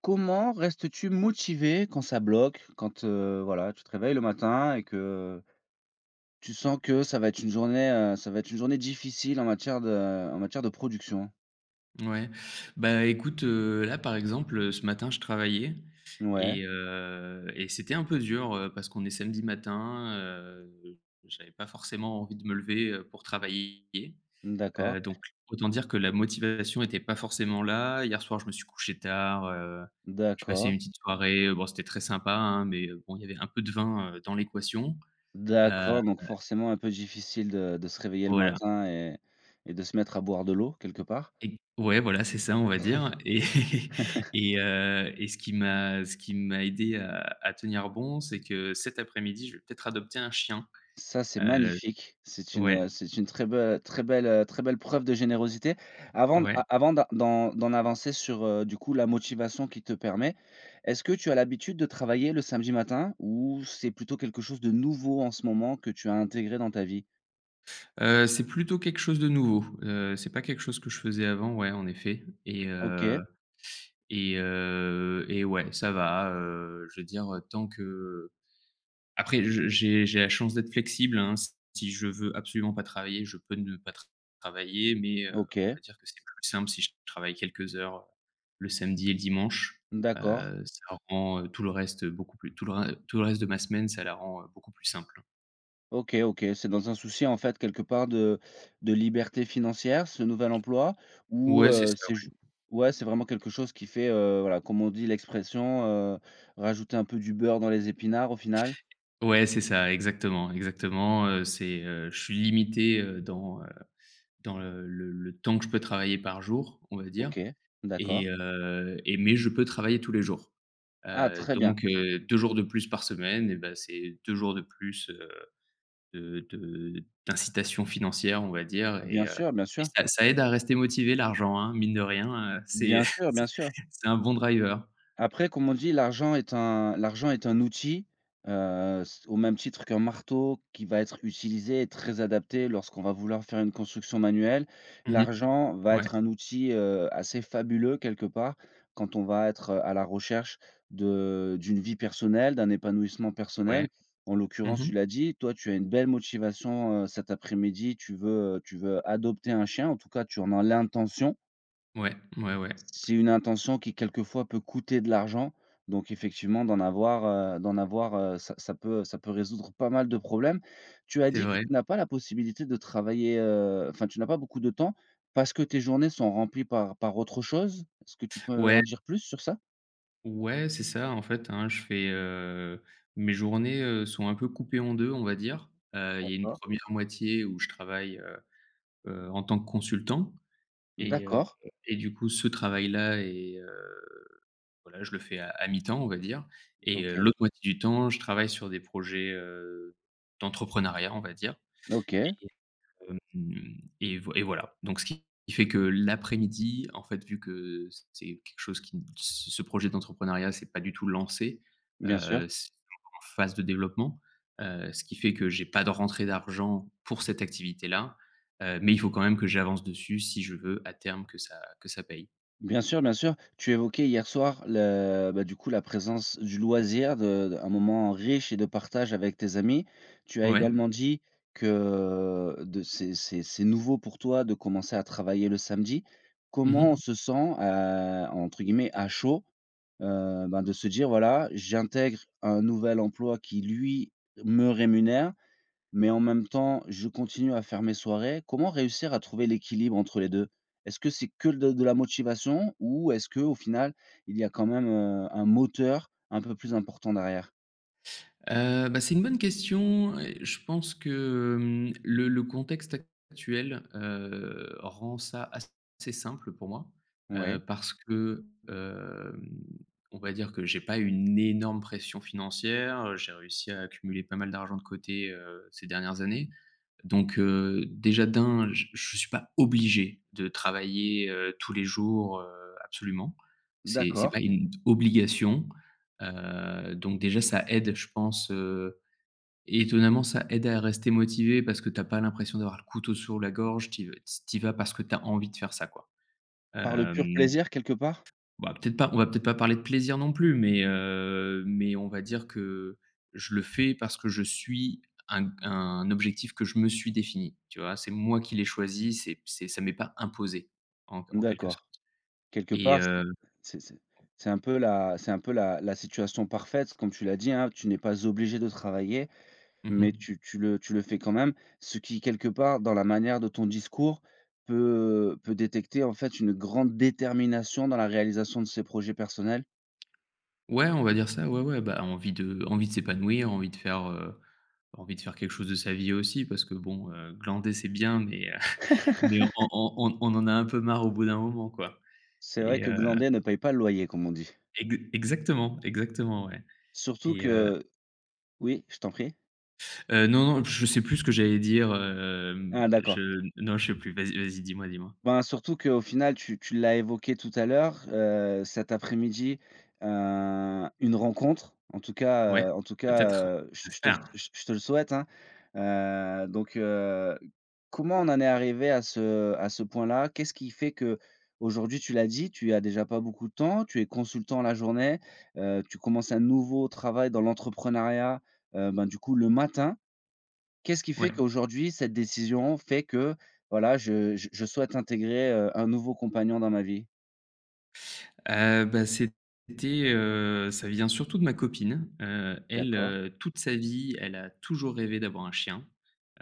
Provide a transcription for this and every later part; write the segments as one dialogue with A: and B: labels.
A: Comment restes-tu motivé quand ça bloque? Quand, voilà, tu te réveilles le matin et que tu sens que ça va être une journée, ça va être une journée difficile en matière de production?
B: Ouais. Bah, écoute, là, par exemple, ce matin, je travaillais
A: Ouais,
B: et c'était un peu dur, parce qu'on est samedi matin, j'avais pas forcément envie de me lever, pour travailler.
A: d'accord,
B: Donc autant dire que la motivation était pas forcément là. Hier soir, je me suis couché tard, je passais
A: d'accord,
B: une petite soirée, bon, c'était très sympa, hein, mais bon, il y avait un peu de vin, dans l'équation. Heu,
A: d'accord, donc forcément un peu difficile de se réveiller le
B: voilà.
A: matin et de se mettre à boire de l'eau quelque part?
B: Et ouais, voilà, c'est ça, on va dire, et et ce qui m'a aidé à tenir bon, c'est que cet après-midi, je vais peut-être adopter un chien.
A: Ça, c'est
B: Heu,
A: magnifique.
B: ouais,
A: C'est une très belle très belle, très belle preuve de générosité. Avant d
B: ouais.
A: a avant d'a d'en D'en avancer sur, du coup, la motivation qui te permet, est-ce que tu as l'habitude de travailler le samedi matin ou c'est plutôt quelque chose de nouveau en ce moment que tu as intégré dans ta vie?
B: C'est plutôt quelque chose de nouveau. C'est pas quelque chose que je faisais avant, ouais, en effet, et
A: OK,
B: heu et heu et ouais, ça va, je veux dire, tant que. Après, je j'ai la chance d'être flexible, hein. Si je veux absolument pas travailler, je peux ne pas travailler, mais, on va
A: OK,
B: dire que c'est plus simple si je travaille quelques heures, le samedi et le dimanche.
A: d'accord.
B: Ça rend, tout le reste de ma semaine, ça la rend, beaucoup plus simple.
A: OK, OK, c'est dans un souci, en fait, quelque part de liberté financière, ce nouvel emploi ou
B: Ouais, c'est ça,
A: c'est ju ouais, c'est vraiment quelque chose qui fait, voilà, comme on dit l'expression, rajouter un peu du beurre dans les épinards au final?
B: ouais. Ouais, c'est ça, exactement, exactement, c'est, je suis limité, dans le temps que je peux travailler par jour, on va dire.
A: OK, d'accord.
B: Et mais je peux travailler tous les jours.
A: Ah,
B: Heu,
A: très bien.
B: donc heu, 2 jours de plus par semaine et ben c'est 2 jours de plus, de d'incitation financière, on va dire,
A: Bien
B: et heu
A: sûr, bien
B: et
A: sûr.
B: ça aide à rester motivé l'argent, hein, mine de rien, c'est
A: Bien sûr, bien
B: c'est
A: sûr.
B: c'est un bon driver.
A: Après, comme on dit, l'argent est un outil, s au même titre qu'un marteau qui va être utilisé et très adapté lorsqu'on va vouloir faire une construction manuelle.
B: Mmh.
A: L'argent va
B: Ouais,
A: être un outil, assez fabuleux quelque part quand on va être, à la recherche de d'une vie personnelle, d'un épanouissement
B: ouais.
A: personnel. En l'occurrence,
B: Mmh.
A: tu l'as dit, toi, tu as une belle motivation, cet après-midi, tu veux adopter un chien, en tout cas, tu en as l'intention.
B: Ouais, ouais, ouais.
A: C'est une intention qui quelquefois peut coûter de l'argent, donc effectivement d'en avoir, ça ça peut résoudre pas mal de problèmes. Tu as
B: C'est
A: dit que
B: vrai.
A: tu n'as pas la possibilité de travailler, enfin tu n'as pas beaucoup de temps, parce que tes journées sont remplies par autre chose? Est-ce que tu peux
B: Ouais,
A: en dire plus sur ça?
B: ouais, c'est ça, en fait, hein, mes journées, sont un peu coupées en 2, on va dire. Il y a une
A: D'accord.
B: première moitié où je travaille, en tant que consultant et heu
A: D'accord,
B: et du coup ce travail-là est, voilà, je le fais à mi-temps, on va dire, et
A: OK,
B: l'autre moitié du temps, je travaille sur des projets, d'entrepreneuriat, on va dire.
A: OK,
B: Mmh. Et voilà. Donc ce qui fait que l'après-midi, en fait, vu que c'est quelque chose qui ce ce projet d'entrepreneuriat, c'est pas du tout lancé,
A: bien sûr.
B: c'est encore en phase de développement, ce qui fait que j'ai pas de rentrée d'argent pour cette activité-là, mais il faut quand même que j'avance dessus si je veux à terme que ça paye.
A: Bien sûr, bien sûr. Tu évoquais hier soir le bah, du coup, la présence du loisir, de un moment riche et de partage avec tes amis. Tu as
B: Ouais.
A: également dit que de c'est nouveau pour toi de commencer à travailler le samedi.
B: Mmh
A: Comment on
B: mh.
A: se sent, entre guillemets «à chaud», ben, de se dire: «Voilà, j'intègre un nouvel emploi qui lui me rémunère», mais en même temps, je continue à faire mes soirées. Comment réussir à trouver l'équilibre entre les deux? Est-ce que c'est que de la motivation ou est-ce que au final, il y a quand même, un moteur un peu plus important derrière?
B: Bah, c'est une bonne question et je pense que, le contexte actuel, rend ça assez simple pour moi,
A: Ouais,
B: parce que, on va dire que j'ai pas une énorme pression financière, j'ai réussi à accumuler pas mal d'argent de côté, ces dernières années. Donc, déjà d'un, j je suis pas obligé de travailler, tous les jours, absolument. C'est pas
A: d'accord.
B: une obligation. Donc déjà ça aide, je pense, étonnamment ça aide à rester motivé parce que t'as pas l'impression d'avoir le couteau sur la gorge. T'y y vas parce que t'as envie de faire ça quoi.
A: Par le pur
B: Hem,
A: plaisir quelque part?
B: on va peut-être pas parler de plaisir non plus, mais on va dire que je le fais parce que je suis un objectif que je me suis défini, tu vois? C'est moi qui l'ai choisi, c'est ça m'est pas imposé en quelque
A: D'accord.
B: sorte,
A: Quelque
B: et
A: part,
B: heu
A: c'est c'est c'est un peu la situation parfaite, comme tu l'as dit, hein, tu n'es pas obligé de travailler. Mais
B: mmh.
A: tu le fais quand même, ce qui quelque part dans la manière de ton discours peut, peut détecter en fait une grande détermination dans la réalisation de ses projets personnels.
B: Ouais, on va dire ça, ouais, ouais, bah, envie de s'épanouir, envie de faire quelque chose de sa vie aussi parce que bon, glander c'est bien, mais mais on en a un peu marre au bout d'un moment quoi,
A: C'est vrai
B: et
A: que
B: heu,
A: glander ne paye pas le loyer comme on dit.
B: ex exactement, exactement, ouais,
A: Surtout
B: et heu
A: que oui, je t'en prie?
B: non, non, je sais plus ce que j'allais dire,
A: Ah, d'accord.
B: je non, je sais plus. Vas-y, vas-y, dis-moi, dis-moi.
A: Ben, surtout qu'au final, tu l'as évoqué tout à l'heure, cet après-midi, heu, une rencontre,
B: Ouais,
A: en tout cas,
B: peut-être, j'espère.
A: je te le souhaite, hein. Donc, comment on en est arrivé à ce point-là? Qu'est-ce qui fait que aujourd'hui tu l'as dit, tu as déjà pas beaucoup de temps, tu es consultant la journée, tu commences un nouveau travail dans l'entrepreneuriat, ben, du coup le matin. Qu'est-ce qui fait
B: Ouais.
A: qu'aujourd'hui, cette décision fait que, voilà, je souhaite intégrer, un nouveau compagnon dans ma vie?
B: Bah, ça vient surtout de ma copine. Elle,
A: D'accord,
B: toute sa vie, elle a toujours rêvé d'avoir un chien.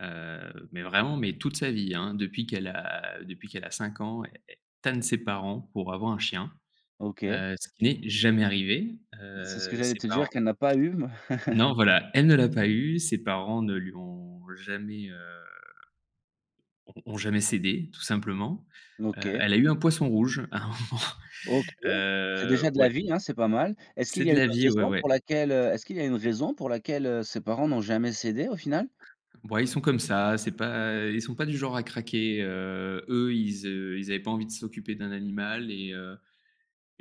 B: Mais vraiment, mais toute sa vie, hein, depuis qu'elle a 5 ans, elle tanne ses parents pour avoir un chien,
A: OK.
B: ce qui n'est jamais arrivé.
A: C'est ce que j'allais
B: Ses
A: te
B: parents
A: dire qu'elle n'a pas eu,
B: Non, voilà, elle ne l'a pas eu, ses parents ne lui ont jamais, ont jamais cédé, tout simplement.
A: OK,
B: Elle a eu un poisson rouge à un moment.
A: OK. C'est déjà de la
B: Ouais,
A: vie, hein, c'est pas mal. Est-ce qu'il
B: c'est
A: y a
B: de
A: une
B: la vie, ouais,
A: raison
B: ouais.
A: pour laquelle, est-ce qu'il y a une raison pour laquelle, ses parents n'ont jamais cédé au final?
B: Bon, ils sont comme ça, c'est pas ils sont pas du genre à craquer, eux, ils avaient pas envie de s'occuper d'un animal, et heu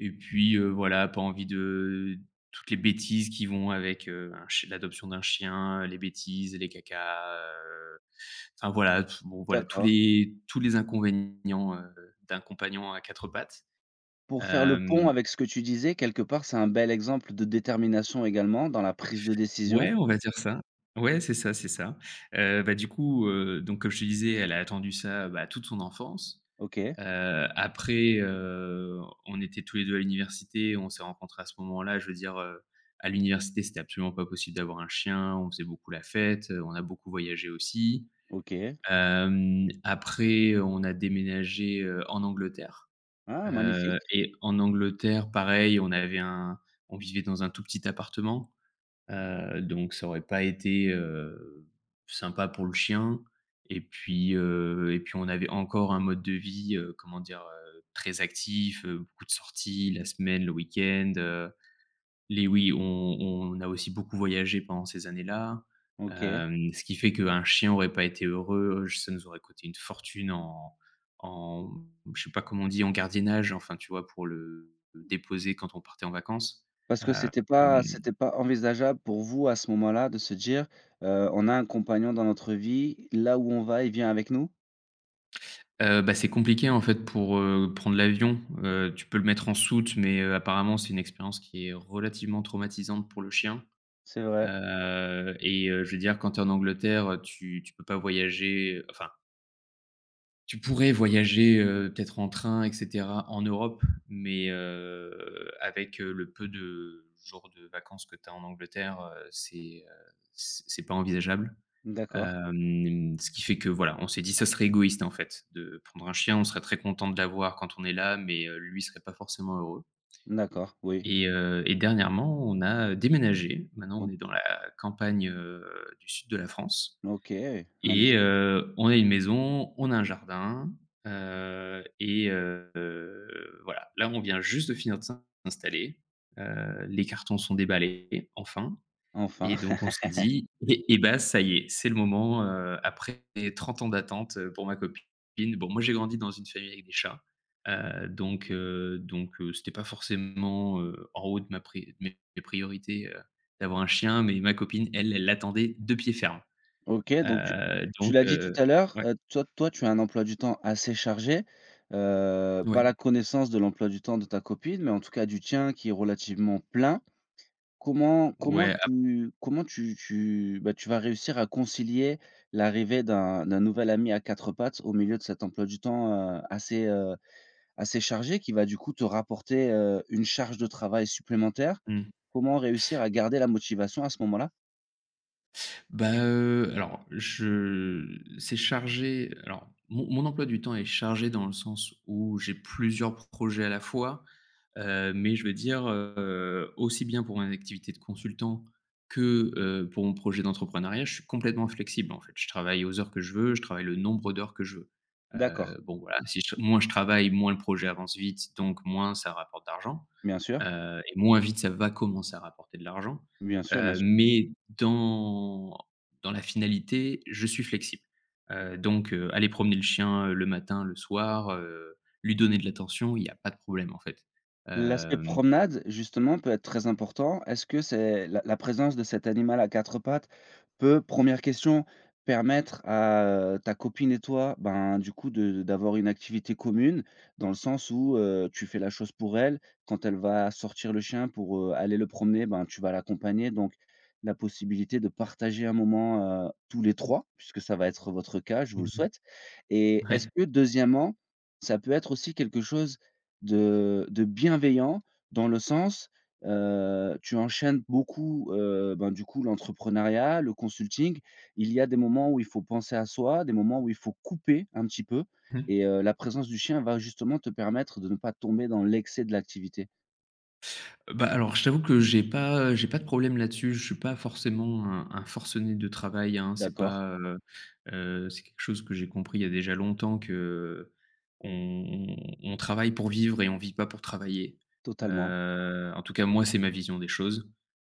B: et puis, voilà, pas envie de toutes les bêtises qui vont avec, un ch l'adoption d'un chien, les bêtises, les cacas, enfin voilà, t bon voilà, tous
A: D'accord.
B: les tous les inconvénients, d'un compagnon à 4 pattes.
A: Pour faire le pont
B: Hem,
A: avec ce que tu disais, quelque part, c'est un bel exemple de détermination également dans la prise de décision.
B: ouais, on va dire ça. Ouais, c'est ça, c'est ça. Bah, du coup, donc comme je te disais, elle a attendu ça, bah, toute son enfance.
A: OK,
B: Après, on était tous les 2 à l'université, on s'est rencontrés à ce moment-là. Je veux dire, à l'université, c'était absolument pas possible d'avoir un chien. On faisait beaucoup la fête, on a beaucoup voyagé aussi.
A: OK.
B: Après, on a déménagé, en Angleterre,
A: Ah,
B: heu
A: magnifique,
B: et en Angleterre, pareil, on vivait dans un tout petit appartement. Donc ça aurait pas été, sympa pour le chien, et puis on avait encore un mode de vie, comment dire? Très actif, beaucoup de sorties la semaine, le week-end, les oui, on a aussi beaucoup voyagé pendant ces années-là,
A: OK.
B: ce qui fait qu'un chien aurait pas été heureux, ça nous aurait coûté une fortune en en je sais pas comment on dit? En gardiennage, enfin tu vois? Pour le déposer quand on partait en vacances,
A: Parce que
B: hem.
A: c'était pas envisageable pour vous, à ce moment-là, de se dire, «On a un compagnon dans notre vie, là où on va, il vient avec nous»?
B: Bah, c'est compliqué en fait pour, prendre l'avion, tu peux le mettre en soute, mais, apparemment c'est une expérience qui est relativement traumatisante pour le chien,
A: C'est vrai.
B: je veux dire, quand tu es en Angleterre, tu peux pas voyager, enfin, tu pourrais voyager, peut-être en train et cetera en Europe, mais, avec, le peu de jours de vacances que tu as en Angleterre, c'est pas envisageable.
A: D'accord,
B: Ce qui fait que voilà, on s'est dit: «Ça serait égoïste, en fait, de prendre un chien. On serait très content de l'avoir quand on est là, mais lui serait pas forcément heureux».
A: d'accord, oui.
B: Et dernièrement, on a déménagé. Maintenant,
A: O
B: on est dans la campagne, du sud de la France,
A: OK,
B: et
A: magnifique,
B: heu, on a une maison, on a un jardin, heu et heu, voilà. Là, on vient juste de finir de s'installer. Les cartons sont déballés, enfin.
A: enfin.
B: Et donc on s'est dit: «Et bah, ça y est, c'est le moment,» après 30 ans d'attente, pour ma copine. Bon, moi j'ai grandi dans une famille avec des chats, donc c'était pas forcément, en haut de ma pri de mes mes priorités, d'avoir un chien, mais ma copine, elle, elle l'attendait de pied ferme.
A: OK, donc tu
B: Donc,
A: l'as dit tout à l'heure,
B: ouais.
A: toi, tu as un emploi du temps assez chargé,
B: Ouais.
A: pas la connaissance de l'emploi du temps de ta copine, mais en tout cas du tien qui est relativement plein. Comment comment
B: Ouais, ap
A: tu comment tu tu, bah, tu vas réussir à concilier l'arrivée d'un nouvel ami à 4 pattes au milieu de cet emploi du temps, assez chargé qui va du coup te rapporter, une charge de travail supplémentaire?
B: mmh.
A: Comment réussir à garder la motivation à ce moment-là?
B: Bah, alors je c'est chargé, alors mon emploi du temps est chargé dans le sens où j'ai plusieurs projets à la fois, mais je veux dire, aussi bien pour mon activité de consultant que, pour mon projet d'entrepreneuriat, je suis complètement flexible, en fait. Je travaille aux heures que je veux, je travaille le nombre d'heures que je veux.
A: D'accord,
B: Bon voilà, si je moins je travaille, moins le projet avance vite, donc moins ça rapporte d'argent.
A: bien sûr,
B: Et moins vite ça va commencer à rapporter de l'argent,
A: bien sûr, bien.
B: mais dans la finalité, je suis flexible. Donc, aller promener le chien, le matin, le soir, lui donner de l'attention, il y a pas de problème en fait.
A: L'aspect
B: Hem.
A: promenade, justement, peut être très important. Est-ce que c'est la présence de cet animal à 4 pattes peut, première question, permettre à, ta copine et toi, ben, du coup, de d'avoir une activité commune? Dans le sens où, tu fais la chose pour elle. Quand elle va sortir le chien pour, aller le promener, ben, tu vas l'accompagner. Donc la possibilité de partager un moment, tous les 3 puisque ça va être votre cas, je vous le
B: Mmh.
A: souhaite. Et est-ce
B: Ouais.
A: que, deuxièmement, ça peut être aussi quelque chose de bienveillant dans le sens, tu enchaînes beaucoup, ben, du coup, l'entrepreneuriat, le consulting. Il y a des moments où il faut penser à soi, des moments où il faut couper un petit peu et la présence du chien va justement te permettre de ne pas tomber dans l'excès de l'activité.
B: Bah, alors, je t'avoue que j'ai pas de problème là-dessus. Je suis pas forcément un forcené de travail, hein. C'est
A: D'accord,
B: pas, C'est quelque chose que j'ai compris il y a déjà longtemps, que on on travaille pour vivre et on vit pas pour travailler.
A: totalement.
B: En tout cas, moi, c'est ma vision des choses.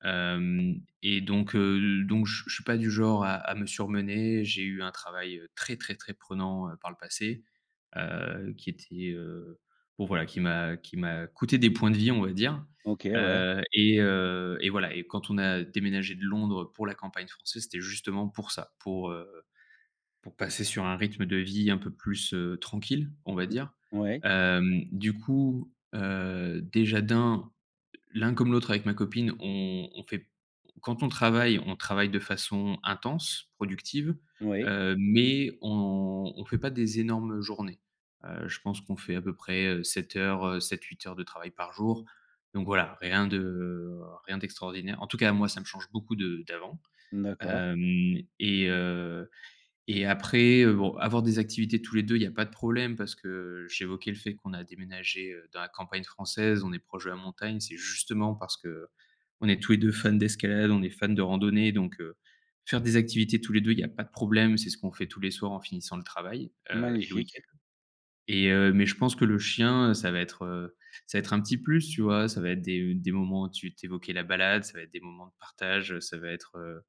B: Hem et donc Donc je suis pas du genre à me surmener. J'ai eu un travail, très, très, très prenant, par le passé, heu, qui était, heu, bon voilà, qui m'a coûté des points de vie, on va dire.
A: OK, ouais.
B: Et voilà, et quand on a déménagé de Londres pour la campagne française, c'était justement pour ça, pour passer sur un rythme de vie un peu plus, tranquille, on va dire.
A: Ouais,
B: Du coup, déjà d'un, l'un comme l'autre avec ma copine, on fait quand on travaille de façon intense, productive,
A: ouais.
B: mais on fait pas des énormes journées. Je pense qu'on fait à peu près 7 heures, 7 8 heures de travail par jour. Donc voilà, rien d'extraordinaire. En tout cas, moi, ça me change beaucoup de d'avant.
A: D'accord.
B: Hem et après, bon, avoir des activités tous les 2, il y a pas de problème, parce que j'évoquais le fait qu'on a déménagé, dans la campagne française, on est proche de la montagne. C'est justement parce que on est tous les 2 fans d'escalade, on est fans de randonnée, donc faire des activités tous les 2, il y a pas de problème. C'est ce qu'on fait tous les soirs en finissant le travail, et le
A: Magnifique,
B: week-end, mais je pense que le chien, ça va être un petit plus, tu vois? Ça va être des moments, où tu évoquais la balade, ça va être des moments de partage, ça va être,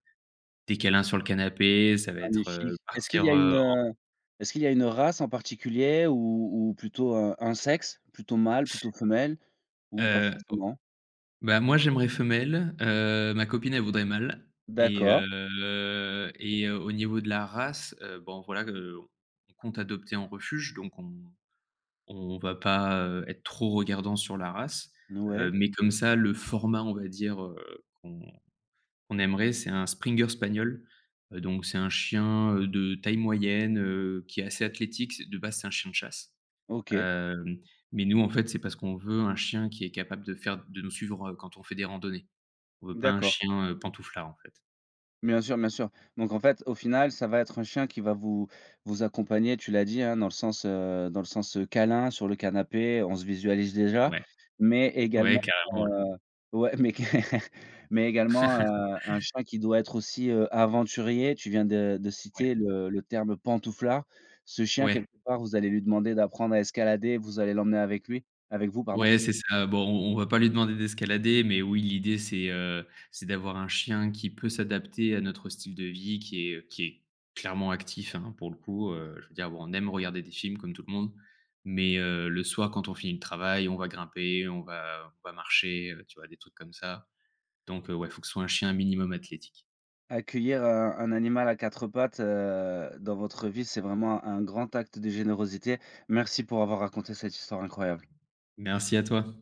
B: des câlins sur le canapé, ça va être,
A: magnifique. Est-ce qu'il y
B: partir,
A: a une, race en particulier ou plutôt un sexe? Plutôt mâle, plutôt femelle? Ou pas
B: Heu,
A: forcément.
B: Bah, moi, j'aimerais femelle, ma copine, elle voudrait mâle, et
A: D'accord.
B: heu et heu, au niveau de la race, bon, voilà, on compte adopter en refuge, donc on va pas, être trop regardant sur la race,
A: Ouais.
B: mais comme ça, le format, on va dire, qu'on aimerait, c'est un Springer Spaniel, donc c'est un chien, de taille moyenne, qui est assez athlétique. C'est de base, c'est un chien de chasse.
A: OK.
B: Hem, mais nous, en fait, c'est parce qu'on veut un chien qui est capable de faire de nous suivre, quand on fait des randonnées. On veut pas un
A: D'accord.
B: chien, pantouflard, en fait.
A: Bien sûr, bien sûr. Donc en fait, au final, ça va être un chien qui va vous accompagner, tu l'as dit, hein, dans le sens, câlin sur le canapé, on se visualise déjà,
B: Ouais,
A: mais également,
B: ouais, carrément, ouais,
A: heu ouais, mais qu mais également, un chien qui doit être aussi, aventurier. Tu viens de
B: ouais,
A: citer le terme «pantouflard». Ce chien,
B: ouais,
A: quelque part, vous allez lui demander d'apprendre à escalader, vous allez l'emmener avec lui avec vous, pardon?
B: ouais, c'est ça. Bon, on va pas lui demander d'escalader, mais oui, l'idée, c'est d'avoir un chien qui peut s'adapter à notre style de vie, qui est clairement actif, hein, pour le coup, je veux dire, bon, on aime regarder des films comme tout le monde, mais le soir, quand on finit le travail, on va grimper, on va marcher, tu vois, des trucs comme ça. Donc, ouais, il faut que ce soit un chien minimum athlétique.
A: Accueillir un animal à 4 pattes, dans votre vie, c'est vraiment un grand acte de générosité. Merci pour avoir raconté cette histoire incroyable.
B: Merci à toi.